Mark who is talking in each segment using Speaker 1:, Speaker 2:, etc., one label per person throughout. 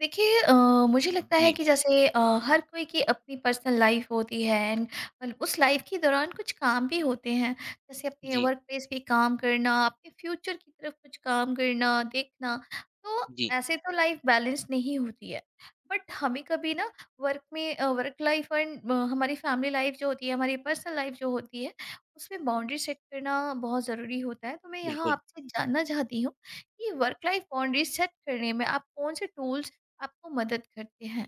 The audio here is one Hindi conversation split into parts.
Speaker 1: देखिए मुझे लगता है
Speaker 2: जी,
Speaker 1: कि जैसे हर कोई की अपनी पर्सनल लाइफ होती है एंड उस लाइफ के दौरान कुछ काम भी होते हैं, जैसे अपने
Speaker 2: जी,
Speaker 1: वर्क प्लेस पे काम करना, अपने फ्यूचर की तरफ कुछ काम करना, देखना तो
Speaker 2: जी,
Speaker 1: ऐसे तो लाइफ बैलेंस नहीं होती है। बट हमें कभी ना वर्क में वर्क लाइफ एंड हमारी फैमिली लाइफ जो होती है, हमारी पर्सनल लाइफ जो होती है, उसमें बाउंड्री सेट करना बहुत ज़रूरी होता है। तो मैं यहाँ
Speaker 2: बिल्कुल।
Speaker 1: आपसे जानना चाहती हूँ कि वर्क लाइफ बाउंड्री सेट करने में आप कौन से टूल्स आपको मदद करते हैं।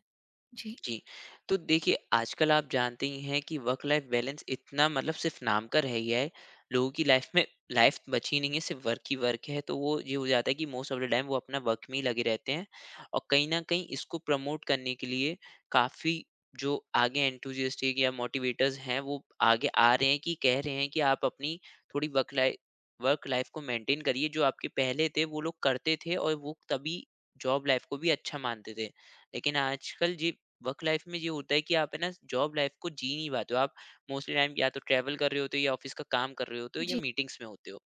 Speaker 1: जी,
Speaker 2: जी। तो देखिए, आजकल आप जानते ही हैं कि वर्क लाइफ बैलेंस इतना मतलब सिर्फ़ नाम का रह गया है। लोगों की लाइफ़ में लाइफ़ बची नहीं है, सिर्फ़ वर्क ही वर्क है। तो वो ये हो जाता है कि मोस्ट ऑफ द टाइम वो अपना वर्क में ही लगे रहते हैं और कहीं न कहीं इसको प्रमोट करने के लिए काफ़ी जो आगे एंथुसियास्टिक या मोटिवेटर्स हैं, वो आगे आ रहे हैं कि कह रहे हैं कि आप अपनी थोड़ी वर्क लाइ वर्क लाइफ़ को मेंटेन करिए। जो आपके पहले थे, वो लोग करते थे और वो तभी जॉब लाइफ़ को भी अच्छा मानते थे। लेकिन आजकल ये वर्क लाइफ में ये होता है कि आप है ना जॉब लाइफ को जी नहीं पाते हो, आप मोस्टली टाइम या तो ट्रैवल कर रहे होते हो या ऑफिस का काम कर रहे होते हो या
Speaker 1: जी,
Speaker 2: मीटिंग्स में होते हो।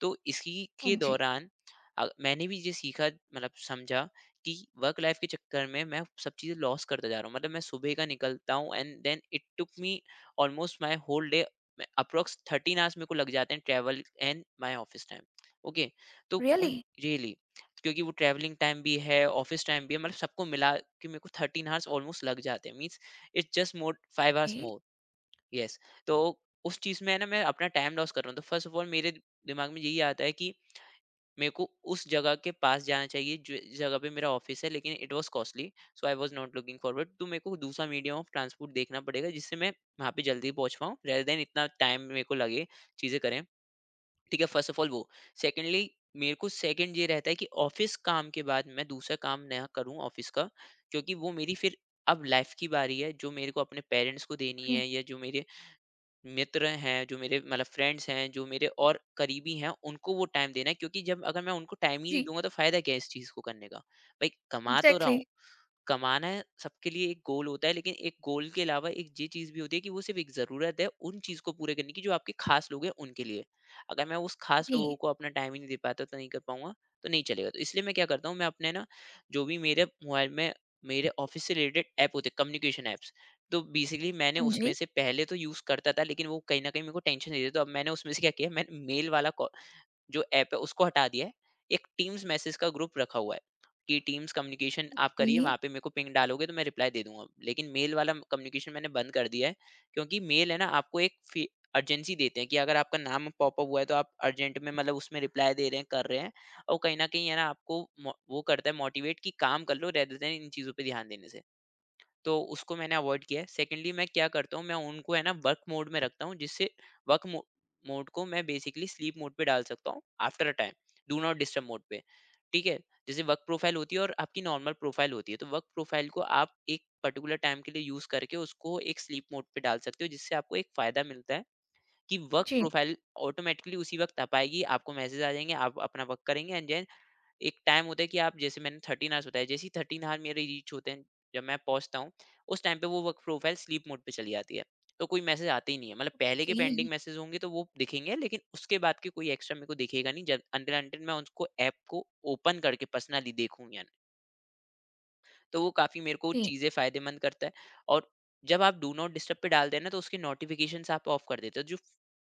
Speaker 2: तो इसी के
Speaker 1: हाँ जी।
Speaker 2: दौरान मैंने भी ये सीखा मतलब समझा कि वर्क लाइफ के चक्कर में मैं सब चीज़ें लॉस करता जा रहा हूँ। मतलब मैं सुबह का निकलता हूँ and then it took me almost my whole day, approx thirteen hours मेरे को लग जाते हैं travel and my office time. Okay. तो उन
Speaker 1: रियली?
Speaker 2: रियली, क्योंकि वो ट्रैवलिंग टाइम भी है, ऑफ़िस टाइम भी है, मतलब सबको मिला के मेरे को 13 हॉर्स ऑलमोस्ट लग जाते हैं। Means it's just more 5 hours
Speaker 1: a
Speaker 2: more. Yes. तो उस चीज़ में है ना मैं अपना टाइम लॉस कर रहा हूँ। तो फर्स्ट ऑफ ऑल मेरे दिमाग में यही आता है कि मेरे को उस जगह के पास जाना चाहिए जो जिस जगह पे मेरा ऑफ़िस है, लेकिन it was costly, so I was not looking forward. तो मेरे को दूसरा मीडियम ऑफ़ ट्रांसपोर्ट देखना पड़ेगा जिससे मैं वहाँ पे जल्दी पहुँच पाऊँ, रेदर दैन इतना टाइम मेरे को लगे चीज़ें करें। ठीक है, फर्स्ट ऑफ ऑल वो। सेकेंडली, मेरे को सेकंड ये रहता है कि ऑफिस काम के बाद मैं दूसरा काम नया करूं ऑफिस का, क्योंकि वो मेरी फिर अब लाइफ की बारी है जो मेरे को अपने पेरेंट्स को देनी
Speaker 1: जी,
Speaker 2: है या जो मेरे मित्र हैं, जो मेरे मतलब फ्रेंड्स हैं जो मेरे और करीबी हैं, उनको वो टाइम देना है। क्योंकि जब अगर मैं उनको टाइम ही नहीं
Speaker 1: जी,
Speaker 2: दूंगा तो फायदा क्या है इस चीज को करने का, भाई कमा तो रहा
Speaker 1: एग्ज़ैक्टली।
Speaker 2: हूँ। कमाना है, सबके लिए एक गोल होता है, लेकिन एक गोल के अलावा एक ये चीज़ भी होती है कि वो सिर्फ एक ज़रूरत है उन चीज़ को पूरे करने की जो आपके खास लोग हैं उनके लिए। अगर मैं उस खास लोगों
Speaker 1: जी,
Speaker 2: को अपना टाइम ही नहीं दे पाता तो नहीं कर पाऊँगा, तो नहीं चलेगा। तो इसलिए मैं क्या करता हूँ, मैं अपने ना जो भी मेरे मोबाइल में मेरे ऑफ़िस से रिलेटेड ऐप होते हैं, कम्युनिकेशन ऐप्स, तो बेसिकली मैंने
Speaker 1: हाँ
Speaker 2: उसमें
Speaker 1: जी,
Speaker 2: से पहले तो यूज़ करता था, लेकिन वो कहीं न कहीं मेरे को टेंशन दे रहे थे। तो अब मैंने उसमें से क्या किया, मैंने मेल वाला कॉ जो ऐप है उसको हटा दिया है। एक टीम्स मैसेज का ग्रुप रखा हुआ है कि टीम्स कम्युनिकेशन आप करिए,
Speaker 1: ए
Speaker 2: वहाँ पे मेरे को पिंग डालोगे तो मैं रिप्लाई दे दूँगा। लेकिन मेल वाला कम्युनिकेशन मैंने बंद कर दिया है, क्योंकि मेल है ना, आपको एक फी अर्जेंसी देते हैं कि अगर आपका नाम पॉपअप हुआ है तो आप अर्जेंट में मतलब उसमें रिप्लाई दे रहे हैं, कर रहे हैं। और कहीं न कहीं है ना, आपको मो वो करता है मोटिवेट कि काम कर लो रेदर देन इन चीज़ों पे ध्यान देने से। तो उसको मैंने अवॉइड किया है। सेकेंडली मैं क्या करता हूँ, मैं उनको है ना वर्क मोड में रखता हूँ, जिससे वर्क मो मोड को मैं बेसिकली स्लीप मोड पे डाल सकता हूँ after a time, do not disturb mode पे, ठीक है? जैसे वर्क प्रोफ़ाइल होती है और आपकी नॉर्मल प्रोफ़ाइल होती है, तो वर्क प्रोफ़ाइल को आप एक पर्टिकुलर टाइम के लिए यूज़ करके उसको एक स्लीप मोड पे डाल सकते हो, जिससे आपको एक फ़ायदा मिलता है कि वर्क
Speaker 1: जी,
Speaker 2: प्रोफ़ाइल ऑटोमैटिकली उसी वक़्त आ पाएगी, आपको मैसेज आ जाएँगे, आप अपना वर्क करेंगे एंड देन एक टाइम होता है कि आप, जैसे मैंने 13 आवर्स बताया, जैसे ही 13 आवर मेरे रीच होते हैं, जब मैं पहुँचता हूँ, उस टाइम पे वो वर्क प्रोफाइल स्लीप मोड पे चली जाती है। तो कोई मैसेज आते ही नहीं है। मतलब पहले के पेंडिंग
Speaker 1: के
Speaker 2: मैसेज होंगे तो वो दिखेंगे, लेकिन उसके बाद के कोई एक्स्ट्रा मेरे को दिखेगा नहीं, जब अनटिल अनटिल मैं उसको ऐप को ओपन करके पर्सनली देखूँ। या तो वो काफ़ी मेरे को
Speaker 1: जी,
Speaker 2: चीज़ें फ़ायदेमंद करता है। और जब आप डू नॉट डिस्टर्ब पे डालते हैं ना, तो उसकी नोटिफिकेशंस आप ऑफ कर देते हो। जो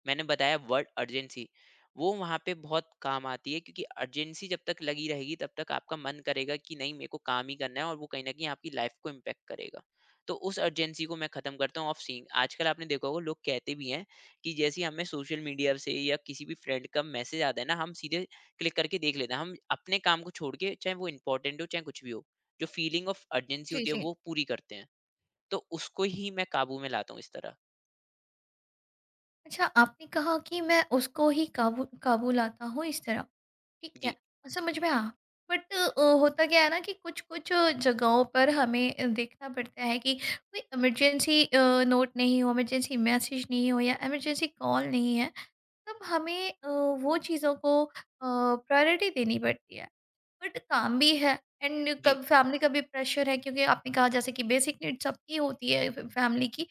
Speaker 2: मैंने बताया वर्ड अर्जेंसी, वो वहाँ पे बहुत काम आती है, क्योंकि अर्जेंसी जब तक लगी रहेगी तब तक आपका मन करेगा कि नहीं मेरे को काम ही करना है, और वो कहीं ना कहीं आपकी लाइफ को इम्पेक्ट करेगा। तो उस अर्जेंसी को मैं ख़त्म करता हूँ ऑफ सीइंग। आजकल आपने देखा होगा, लोग कहते भी हैं कि जैसे ही हमें सोशल मीडिया से या किसी भी फ्रेंड का मैसेज आता है ना, हम सीधे क्लिक करके देख लेते हैं, हम अपने काम को छोड़ के चाहे वो इंपॉर्टेंट हो चाहे कुछ भी हो, जो फीलिंग ऑफ अर्जेंसी
Speaker 1: जी,
Speaker 2: होती है
Speaker 1: जी।
Speaker 2: वो पूरी करते हैं। तो उसको ही मैं काबू में लाता हूँ इस तरह।
Speaker 1: अच्छा, आपने कहा कि मैं उसको ही काबू काबू लाता हूँ इस तरह, ठीक है,
Speaker 2: जी,
Speaker 1: समझ में आया। बट होता क्या है ना, कि कुछ-कुछ जगहों पर हमें देखना पड़ता है कि कोई इमरजेंसी नोट नहीं हो, इमरजेंसी मैसेज नहीं हो या इमरजेंसी कॉल नहीं है। तब हमें वो चीज़ों को प्रायोरिटी देनी पड़ती है। बट काम भी है एंड
Speaker 2: जी,
Speaker 1: कब फैमिली का भी प्रेशर है, क्योंकि आपने कहा जैसे कि बेसिक नीड्स सबकी होती है, फ फैमिली की।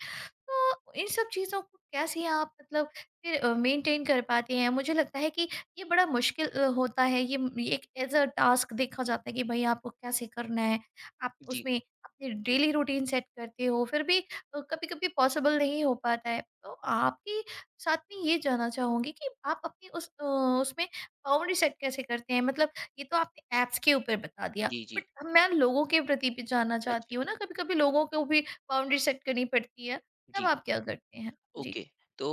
Speaker 1: तो इन सब चीज़ों को कैसे आप मतलब फिर मेंटेन कर पाते हैं? मुझे लगता है कि ये बड़ा मुश्किल होता है, ये एक एज़ अ टास्क देखा जाता है कि भई आपको कैसे करना है। आप
Speaker 2: जी,
Speaker 1: उसमें अपनी डेली रूटीन सेट करते हो, फिर भी कभी-कभी पॉसिबल नहीं हो पाता है। तो आपके साथ में ये जानना चाहूँगी कि आप अपनी उस उसमें बाउंड्री सेट कैसे करते हैं? मतलब ये तो आपने ऐप्स के ऊपर बता दिया,
Speaker 2: जी,
Speaker 1: बट
Speaker 2: जी।
Speaker 1: मैं लोगों के प्रति भी जानना
Speaker 2: अच्छा,
Speaker 1: चाहती हूँ ना, कभी-कभी लोगों को भी बाउंड्री सेट करनी पड़ती है। तब
Speaker 2: जी।
Speaker 1: आप क्या करते हैं? जी।
Speaker 2: ओके। तो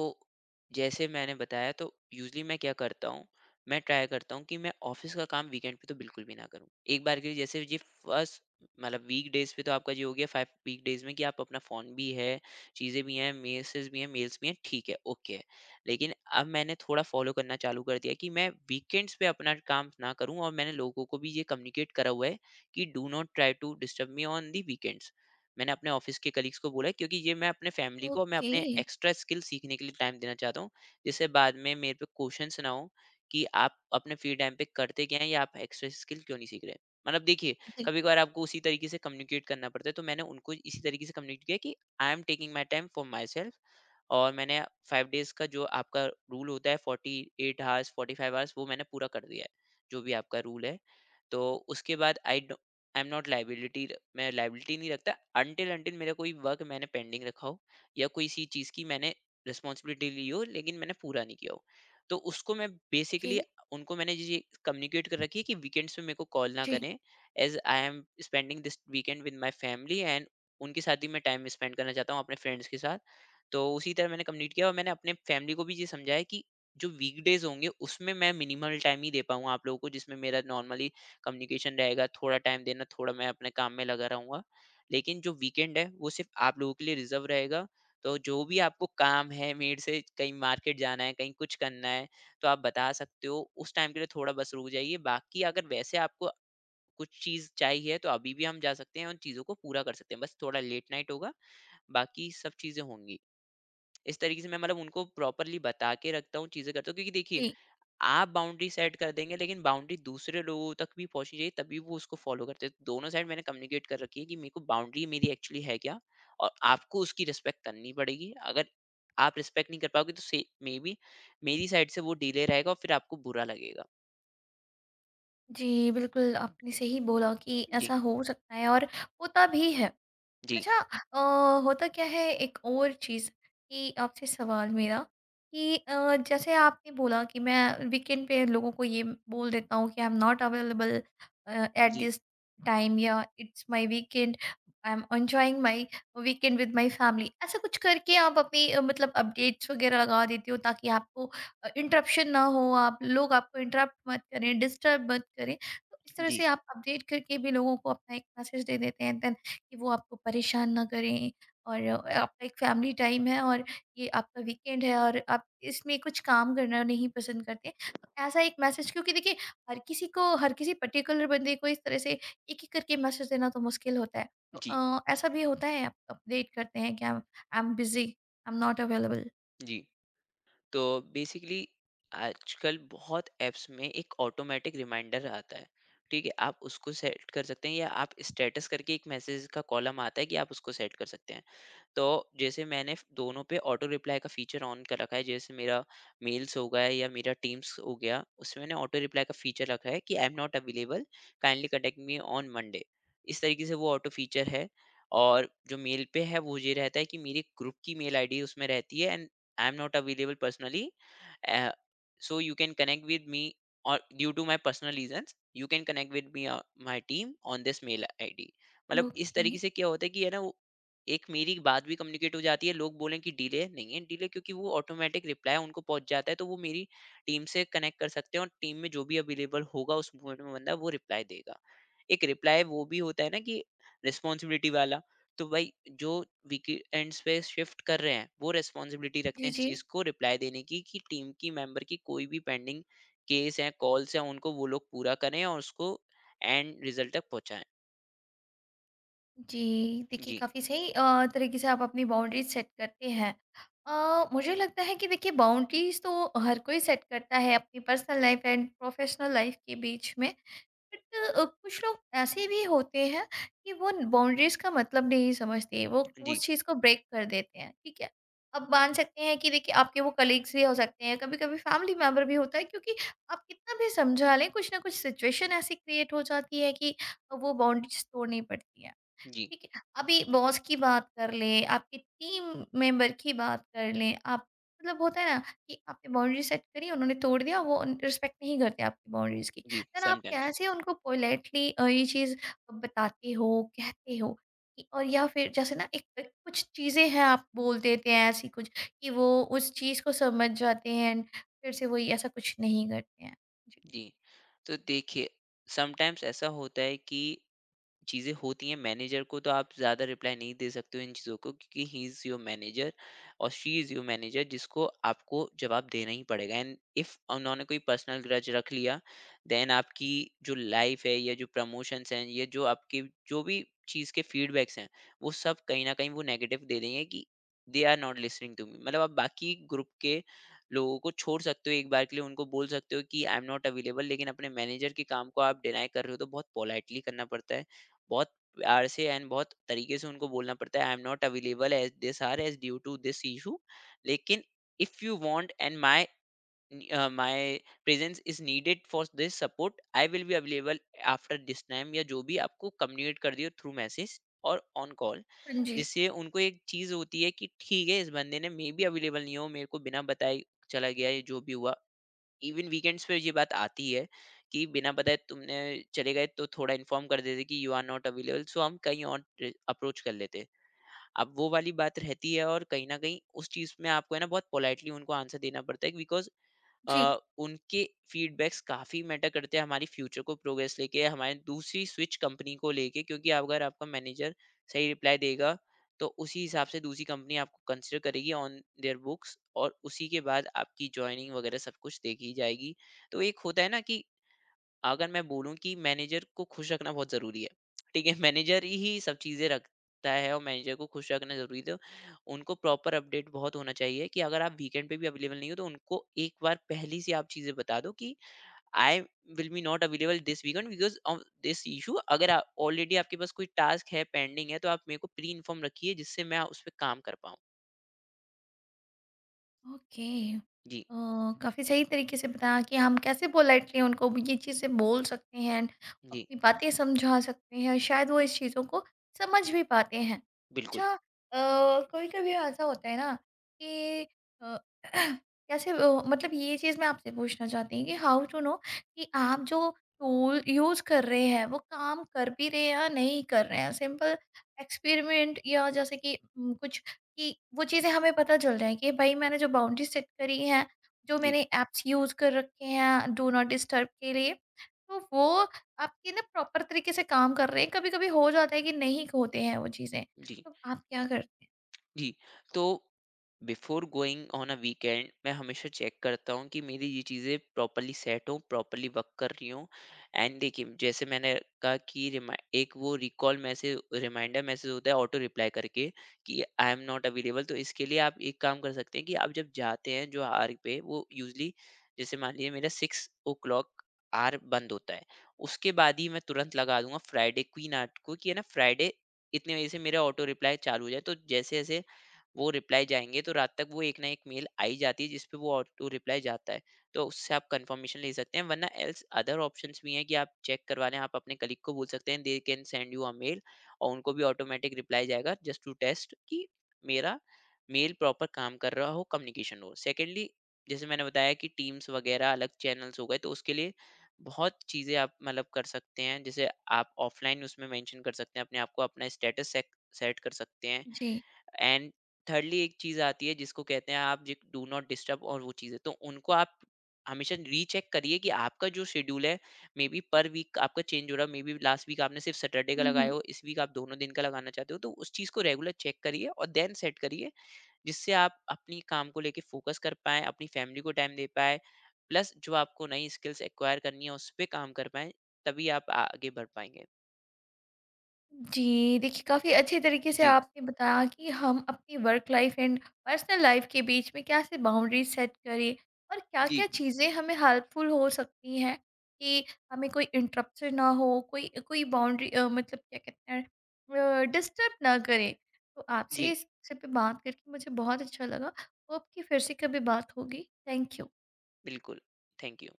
Speaker 2: जैसे मैंने बताया, तो यूजली मैं क्या करता हूँ, मैं ट्राई करता हूँ कि मैं ऑफिस का काम वीकेंड पे तो बिल्कुल भी ना करूँ एक बार के लिए। जैसे ये फर्स्ट मतलब वीक डेज पे तो आपका ये हो गया फाइव वीक डेज में कि आप अपना फोन भी है, चीज़ें भी हैं, मेसेज भी हैं, मेल्स भी हैं, ठीक है, ओके है। लेकिन अब मैंने थोड़ा फॉलो करना चालू कर दिया कि मैं वीकेंड्स पे अपना काम ना करूँ, और मैंने लोगों को भी ये कम्युनिकेट करा हुआ है कि do not try to disturb me on the weekends. मैंने अपने ऑफिस के कलीग्स को बोला है, क्योंकि ये मैं अपने फैमिली को और मैं
Speaker 1: ओके।
Speaker 2: अपने एक्स्ट्रा स्किल सीखने के लिए टाइम देना चाहता हूँ, जिससे बाद में मेरे पे क्वेश्चंस ना हो कि आप अपने फ्री टाइम पे करते क्या हैं या आप एक्स्ट्रा स्किल क्यों नहीं सीख रहे। मतलब देखिए,
Speaker 1: जी।
Speaker 2: कभी कभार आपको उसी तरीके से कम्युनिकेट करना पड़ता है। तो मैंने उनको इसी तरीके से कम्युनिकेट किया कि I am taking my time for myself, और मैंने फाइव डेज का जो आपका रूल होता है, forty eight hours, forty five hours, वो मैंने पूरा कर दिया है, जो भी आपका रूल है। तो उसके बाद I I am not liability, मैं लाइबिलिटी नहीं रखता, अनटिल अनटिल मेरा कोई वर्क मैंने पेंडिंग रखा हो या कोई सी चीज़ की मैंने रिस्पॉन्सिबिलिटी ली हो लेकिन मैंने पूरा नहीं किया हो। तो उसको मैं बेसिकली
Speaker 1: जी,
Speaker 2: उनको मैंने ये कम्युनिकेट कर रखी है कि वीकेंड्स में मेरे को कॉल ना
Speaker 1: जी,
Speaker 2: करें, as I am spending this weekend with my family, and उनके साथ ही मैं टाइम स्पेंड करना चाहता हूँ अपने फ्रेंड्स के साथ। तो उसी तरह मैंने कम्युनिकेट किया, और मैंने अपने फैमिली को भी ये समझाया कि जो वीकडेज होंगे उसमें मैं मिनिमल टाइम ही दे पाऊंगा आप लोगों को, जिसमें मेरा नॉर्मली कम्युनिकेशन रहेगा, थोड़ा टाइम देना, थोड़ा मैं अपने काम में लगा रहूँगा। लेकिन जो वीकेंड है, वो सिर्फ़ आप लोगों के लिए रिज़र्व रहेगा। तो जो भी आपको काम है, मेरे से कहीं मार्केट जाना है, कहीं कुछ करना है, तो आप बता सकते हो। उस टाइम के लिए थोड़ा बस रुक जाइए। बाकी अगर वैसे आपको कुछ चीज़ चाहिए, तो अभी भी हम जा सकते हैं, उन चीज़ों को पूरा कर सकते हैं। बस थोड़ा लेट नाइट होगा, बाकी सब चीज़ें होंगी। इस तरीके से मैं मतलब उनको प्रॉपर्ली बता के रखता हूँ, चीज़ें करता हूँ, क्योंकि देखिए,
Speaker 1: जी,
Speaker 2: आप बाउंड्री सेट कर देंगे लेकिन बाउंड्री दूसरे लोगों तक भी पहुंचनी चाहिए तभी वो उसको फॉलो करते हैं। तो दोनों साइड मैंने कम्युनिकेट कर रखी है कि मेरे को बाउंड्री मेरी एक्चुअली है क्या, और आपको उसकी रिस्पेक्ट करनी पड़ेगी। अगर आप रिस्पेक्ट नहीं कर पाओगे तो से मे बी मेरी साइड से वो डिले रहेगा और फिर आपको बुरा लगेगा।
Speaker 1: जी, बिल्कुल आपने सही बोला कि
Speaker 2: जी,
Speaker 1: ऐसा हो सकता है और होता भी है।
Speaker 2: जी,
Speaker 1: अच्छा अ, होता क्या है एक और चीज़ कि आपसे सवाल मेरा, कि जैसे आपने बोला कि मैं वीकेंड पे लोगों को ये बोल देता हूँ कि I am not available at
Speaker 2: जी,
Speaker 1: दिस टाइम, या it's my weekend, I am enjoying my weekend with my family, ऐसा कुछ करके आप अपनी मतलब अपडेट्स वगैरह लगा देती हो, ताकि आपको इंटरप्शन ना हो, आप लोग आपको इंटरप्ट मत करें, डिस्टर्ब मत करें। तो इस तरह
Speaker 2: जी,
Speaker 1: से आप अपडेट करके भी लोगों को अपना एक मैसेज दे देते हैं कि वो आपको परेशान ना करें, और आपका एक फैमिली टाइम है, और ये आपका वीकेंड है, और आप इसमें कुछ काम करना नहीं पसंद करते, तो ऐसा एक मैसेज। क्योंकि देखिए, हर किसी को, हर किसी पर्टिकुलर बंदे को इस तरह से एक एक करके मैसेज देना तो मुश्किल होता है। तो
Speaker 2: जी,
Speaker 1: ऐसा भी होता है, आप अपडेट करते हैं कि I am busy, I am not available.
Speaker 2: जी। तो बेसिकली आजकल बहुत ऐप्स में एक ऑटोमेटिक रिमाइंडर आता है, ठीक है, आप उसको सेट कर सकते हैं, या आप स्टेटस करके एक मैसेज का कॉलम आता है कि आप उसको सेट कर सकते हैं। तो जैसे मैंने दोनों पे ऑटो रिप्लाई का फीचर ऑन कर रखा है, जैसे मेरा मेल्स हो गया या मेरा टीम्स हो गया, उसमें मैंने ऑटो रिप्लाई का फीचर रखा है कि I am not available, kindly connect me on Monday, इस तरीके से वो ऑटो फीचर है। और जो मेल पे है वो ये रहता है कि मेरी ग्रुप की मेल आईडी उसमें रहती है। And I am not available personally, so you can connect with me or due to my personal reasons you can connect with me my team on this mail id। मतलब इस
Speaker 1: ओके।
Speaker 2: तरीके से क्या होता है कि है ना, एक मेरी बात भी कम्युनिकेट हो जाती है, लोग बोलें कि डिले नहीं है, डिले क्योंकि वो ऑटोमैटिक रिप्लाई उनको पहुँच जाता है, तो वो मेरी टीम से कनेक्ट कर सकते हैं और टीम में जो भी अवेलेबल होगा उस मोमेंट में बंदा, वो रिप्लाई देगा। एक रिप्लाई वो भी होता है ना, कि रिस्पॉन्सिबिलिटी वाला, तो भाई जो वीकेंड्स पे शिफ्ट कर रहे हैं, वो रिस्पॉन्सिबिलिटी रखते
Speaker 1: जी।
Speaker 2: हैं इस
Speaker 1: जी।
Speaker 2: चीज़ को रिप्लाई देने की कि टीम की मेंबर की कोई भी पेंडिंग केस हैं, कॉल्स हैं, उनको वो लोग पूरा करें और उसको एंड रिज़ल्ट तक पहुँचाएँ।
Speaker 1: जी, देखिए
Speaker 2: जी,
Speaker 1: काफ़ी सही तरीके से आप अपनी बाउंड्रीज़ सेट करते हैं। मुझे लगता है कि देखिए, बाउंड्रीज़ तो हर कोई सेट करता है अपनी personal life and professional life के बीच में। बट कुछ लोग ऐसे भी होते हैं कि वो बाउंड्रीज़ का मतलब नहीं समझते, वो उस
Speaker 2: जी,
Speaker 1: चीज़ को ब्रेक कर देते हैं, ठीक है? अब मान सकते हैं कि देखिए, आपके वो कलीग्स भी हो सकते हैं, कभी-कभी फैमिली मेंबर भी होता है, क्योंकि आप कितना भी समझा लें, कुछ ना कुछ सिचुएशन ऐसी क्रिएट हो जाती है कि वो बाउंड्रीज़ तोड़नी पड़ती है।
Speaker 2: जी,
Speaker 1: ठीक है, अभी बॉस की बात कर लें, आपके टीम मेंबर की बात कर लें, आप मतलब होता है ना कि आपने बाउंड्री सेट करी, उन्होंने तोड़ दिया, वो उन रिस्पेक्ट नहीं करते आपकी बाउंड्रीज़ की।
Speaker 2: जी,
Speaker 1: देन आप
Speaker 2: समटाइम्स।
Speaker 1: कैसे उनको पोलाइटली ये चीज़ बताते हो, कहते हो कि और या फिर जैसे ना एक एक कुछ चीज़ें हैं, आप बोल देते हैं ऐसी कुछ, कि वो उस चीज़ को समझ जाते हैं एंड फिर से वही ऐसा कुछ नहीं करते हैं? जी।
Speaker 2: जी, तो देखिए समटाइम्स ऐसा होता है कि चीज़ें होती हैं मैनेजर को, तो आप ज़्यादा रिप्लाई नहीं दे सकते हो इन चीज़ों को क्योंकि ही इज़ योर मैनेजर और शी इज़ योर मैनेजर जिसको आपको जवाब देना ही पड़ेगा। एंड इफ़ उन्होंने कोई पर्सनल ग्रज रख लिया, देन आपकी जो लाइफ है या जो प्रमोशंस हैं या जो आपके जो भी चीज़ के फीडबैक्स हैं, वो सब कहीं ना कहीं वो नेगेटिव दे देंगे कि they are not listening to me. मतलब आप बाकी ग्रुप के लोगों को छोड़ सकते हो, एक बार के लिए उनको बोल सकते हो कि आई एम नॉट अवेलेबल, लेकिन अपने मैनेजर के काम को आप डिनाई कर रहे हो तो बहुत पोलाइटली करना पड़ता है, बहुत प्यार से एंड बहुत तरीके से उनको बोलना पड़ता है, I am not available as this or as due to this issue. लेकिन if you want and my my presence is needed for this support, I will be available after this time, या जो भी आपको कम्युनिकेट कर दियो थ्रू मैसेज और ऑन कॉल।
Speaker 1: हाँ जी।
Speaker 2: जिससे उनको एक चीज होती है कि ठीक है, इस बंदे ने मे भी अवेलेबल नहीं हो, मेरे को बिना बताए चला गया, ये जो भी हुआ। इवन वीकेंड्स पे ये बात आती है कि बिना बताए तुमने चले गए, तो थोड़ा इन्फॉर्म कर देते कि you are not available, so हम कहीं और अप्रोच कर लेते। अब वो वाली बात रहती है, और कहीं ना कहीं उस चीज में आपको है ना बहुत पोलाइटली उनको आंसर देना पड़ता है बिकॉज
Speaker 1: जी।
Speaker 2: अ, उनके फीडबैक्स काफ़ी मैटर करते हैं हमारी फ्यूचर को प्रोग्रेस लेके, हमारी दूसरी स्विच कंपनी को लेके, क्योंकि आप- अगर आपका मैनेजर सही रिप्लाई देगा, तो उसी हिसाब से दूसरी कंपनी आपको कंसिडर करेगी ऑन देयर बुक्स, और उसी के बाद आपकी जॉइनिंग वगैरह सब कुछ देखी जाएगी। तो एक होता है ना कि अगर मैं बोलूँ कि मैनेजर को खुश रखना बहुत ज़रूरी है, ठीक है? मैनेजर ही सब चीज़ें रखता है और मैनेजर को खुश रखना ज़रूरी, तो उनको प्रॉपर अपडेट बहुत होना चाहिए कि अगर आप वीकेंड पे भी अवेलेबल नहीं हो, तो उनको एक बार पहले से आप चीज़ें बता दो कि I will be not available this weekend because of this issue. अगर आप ऑलरेडी आपके पास कोई टास्क है, पेंडिंग है, तो आप मेरे को प्री इन्फॉर्म रखिए जिससे मैं उसपे काम कर पाऊँ।
Speaker 1: ओके
Speaker 2: जी,
Speaker 1: अ, काफ़ी सही तरीके से बताया कि हम कैसे पोलाइटली उनको भी ये चीज़ें बोल सकते हैं एंड
Speaker 2: जी,
Speaker 1: अपनी बातें समझा सकते हैं, और शायद वो इस चीज़ों को समझ भी पाते हैं।
Speaker 2: बिल्कुल।
Speaker 1: अच्छा, कभी कभी ऐसा होता है ना कि अ, कैसे मतलब ये चीज़ मैं आपसे पूछना चाहती हूँ कि हाउ टू नो कि आप जो टूल यूज़ कर रहे हैं वो काम कर भी रहे हैं या नहीं कर रहे हैं। सिंपल एक्सपेरिमेंट या जैसे कि कुछ कि वो चीज़ें हमें पता चल जाए कि भाई मैंने जो बाउंड्री सेट करी है, जो
Speaker 2: जी,
Speaker 1: मैंने ऐप्स यूज़ कर रखे हैं डू नॉट डिस्टर्ब के लिए, तो वो आपके ना प्रॉपर तरीके से काम कर रहे हैं। कभी-कभी हो जाता है कि नहीं होते हैं वो चीज़ें,
Speaker 2: जी।
Speaker 1: तो आप क्या करते हैं?
Speaker 2: जी, तो before going on a weekend मैं हमेशा चेक करता हूँ कि मेरी ये चीज़ें प्रॉपर्ली सेट हों, प्रॉपर्ली वर्क कर रही हों। एंड देखिए, जैसे मैंने कहा कि रिमा, एक वो रिकॉल मैसेज रिमाइंडर मैसेज होता है ऑटो रिप्लाई करके कि आई एम नॉट अवेलेबल, तो इसके लिए आप एक काम कर सकते हैं कि आप जब जाते हैं जो आर पे, वो यूजली, जैसे मान लीजिए मेरा सिक्स ओ क्लॉक आर बंद होता है, उसके बाद ही मैं तुरंत लगा दूंगा फ्राइडे क्वीन आर्ट को कि है ना फ्राइडे इतने बजे से मेरा ऑटो रिप्लाई चालू हो जाए, तो जैसे जैसे वो रिप्लाई जाएँगे, तो रात तक वो एक ना एक मेल आ ही जाती है जिसपे वो ऑटो रिप्लाई जाता है। तो उससे आप कन्फर्मेशन ले सकते हैं, वरना एल्स अदर ऑप्शंस भी हैं कि आप चेक करवा लें, आप अपने कलीग को बोल सकते हैं they can send you a mail और उनको भी ऑटोमेटिक रिप्लाई जाएगा, जस्ट टू टेस्ट कि मेरा मेल प्रॉपर काम कर रहा हो, कम्युनिकेशन हो। सेकेंडली, जैसे मैंने बताया कि टीम्स वगैरह अलग चैनल्स हो गए, तो उसके लिए बहुत चीज़ें आप मतलब कर सकते हैं। जैसे आप ऑफलाइन उसमें मेंशन कर सकते हैं अपने आप को, अपना स्टेटस सेक सेट कर सकते हैं।
Speaker 1: जी।
Speaker 2: एंड थर्डली एक चीज आती है जिसको कहते हैं आप डू नॉट डिस्टर्ब, और वो चीजें तो उनको आप हमेशा रीचेक करिए कि आपका जो शेड्यूल है, मे बी पर वीक आपका चेंज हो रहा है, मे बी लास्ट वीक आपने सिर्फ सैटरडे का लगाया हो, इस वीक आप दोनों दिन का लगाना चाहते हो, तो उस चीज़ को रेगुलर चेक करिए और देन सेट करिए, जिससे आप अपनी काम को लेके फोकस कर पाएं, अपनी फैमिली को टाइम दे पाए, प्लस जो आपको नई स्किल्स एक्वायर करनी है उस पर काम कर पाएं। तभी आप आगे बढ़ पाएंगे।
Speaker 1: जी, देखिए काफ़ी अच्छे तरीके से
Speaker 2: जी,
Speaker 1: आपने बताया कि हम अपनी work life and personal life के बीच में कैसे बाउंड्री सेट करें, और
Speaker 2: जी,
Speaker 1: क्या-क्या चीज़ें हमें हेल्पफुल हो सकती हैं कि हमें कोई इंटरप्शन ना हो, कोई कोई बाउंड्री मतलब क्या कहते हैं डिस्टर्ब ना करे। तो आपसे
Speaker 2: जी,
Speaker 1: इस विषय पे बात करके मुझे बहुत अच्छा लगा। होप कि फिर से कभी बात होगी। Thank you.
Speaker 2: बिल्कुल। Thank you.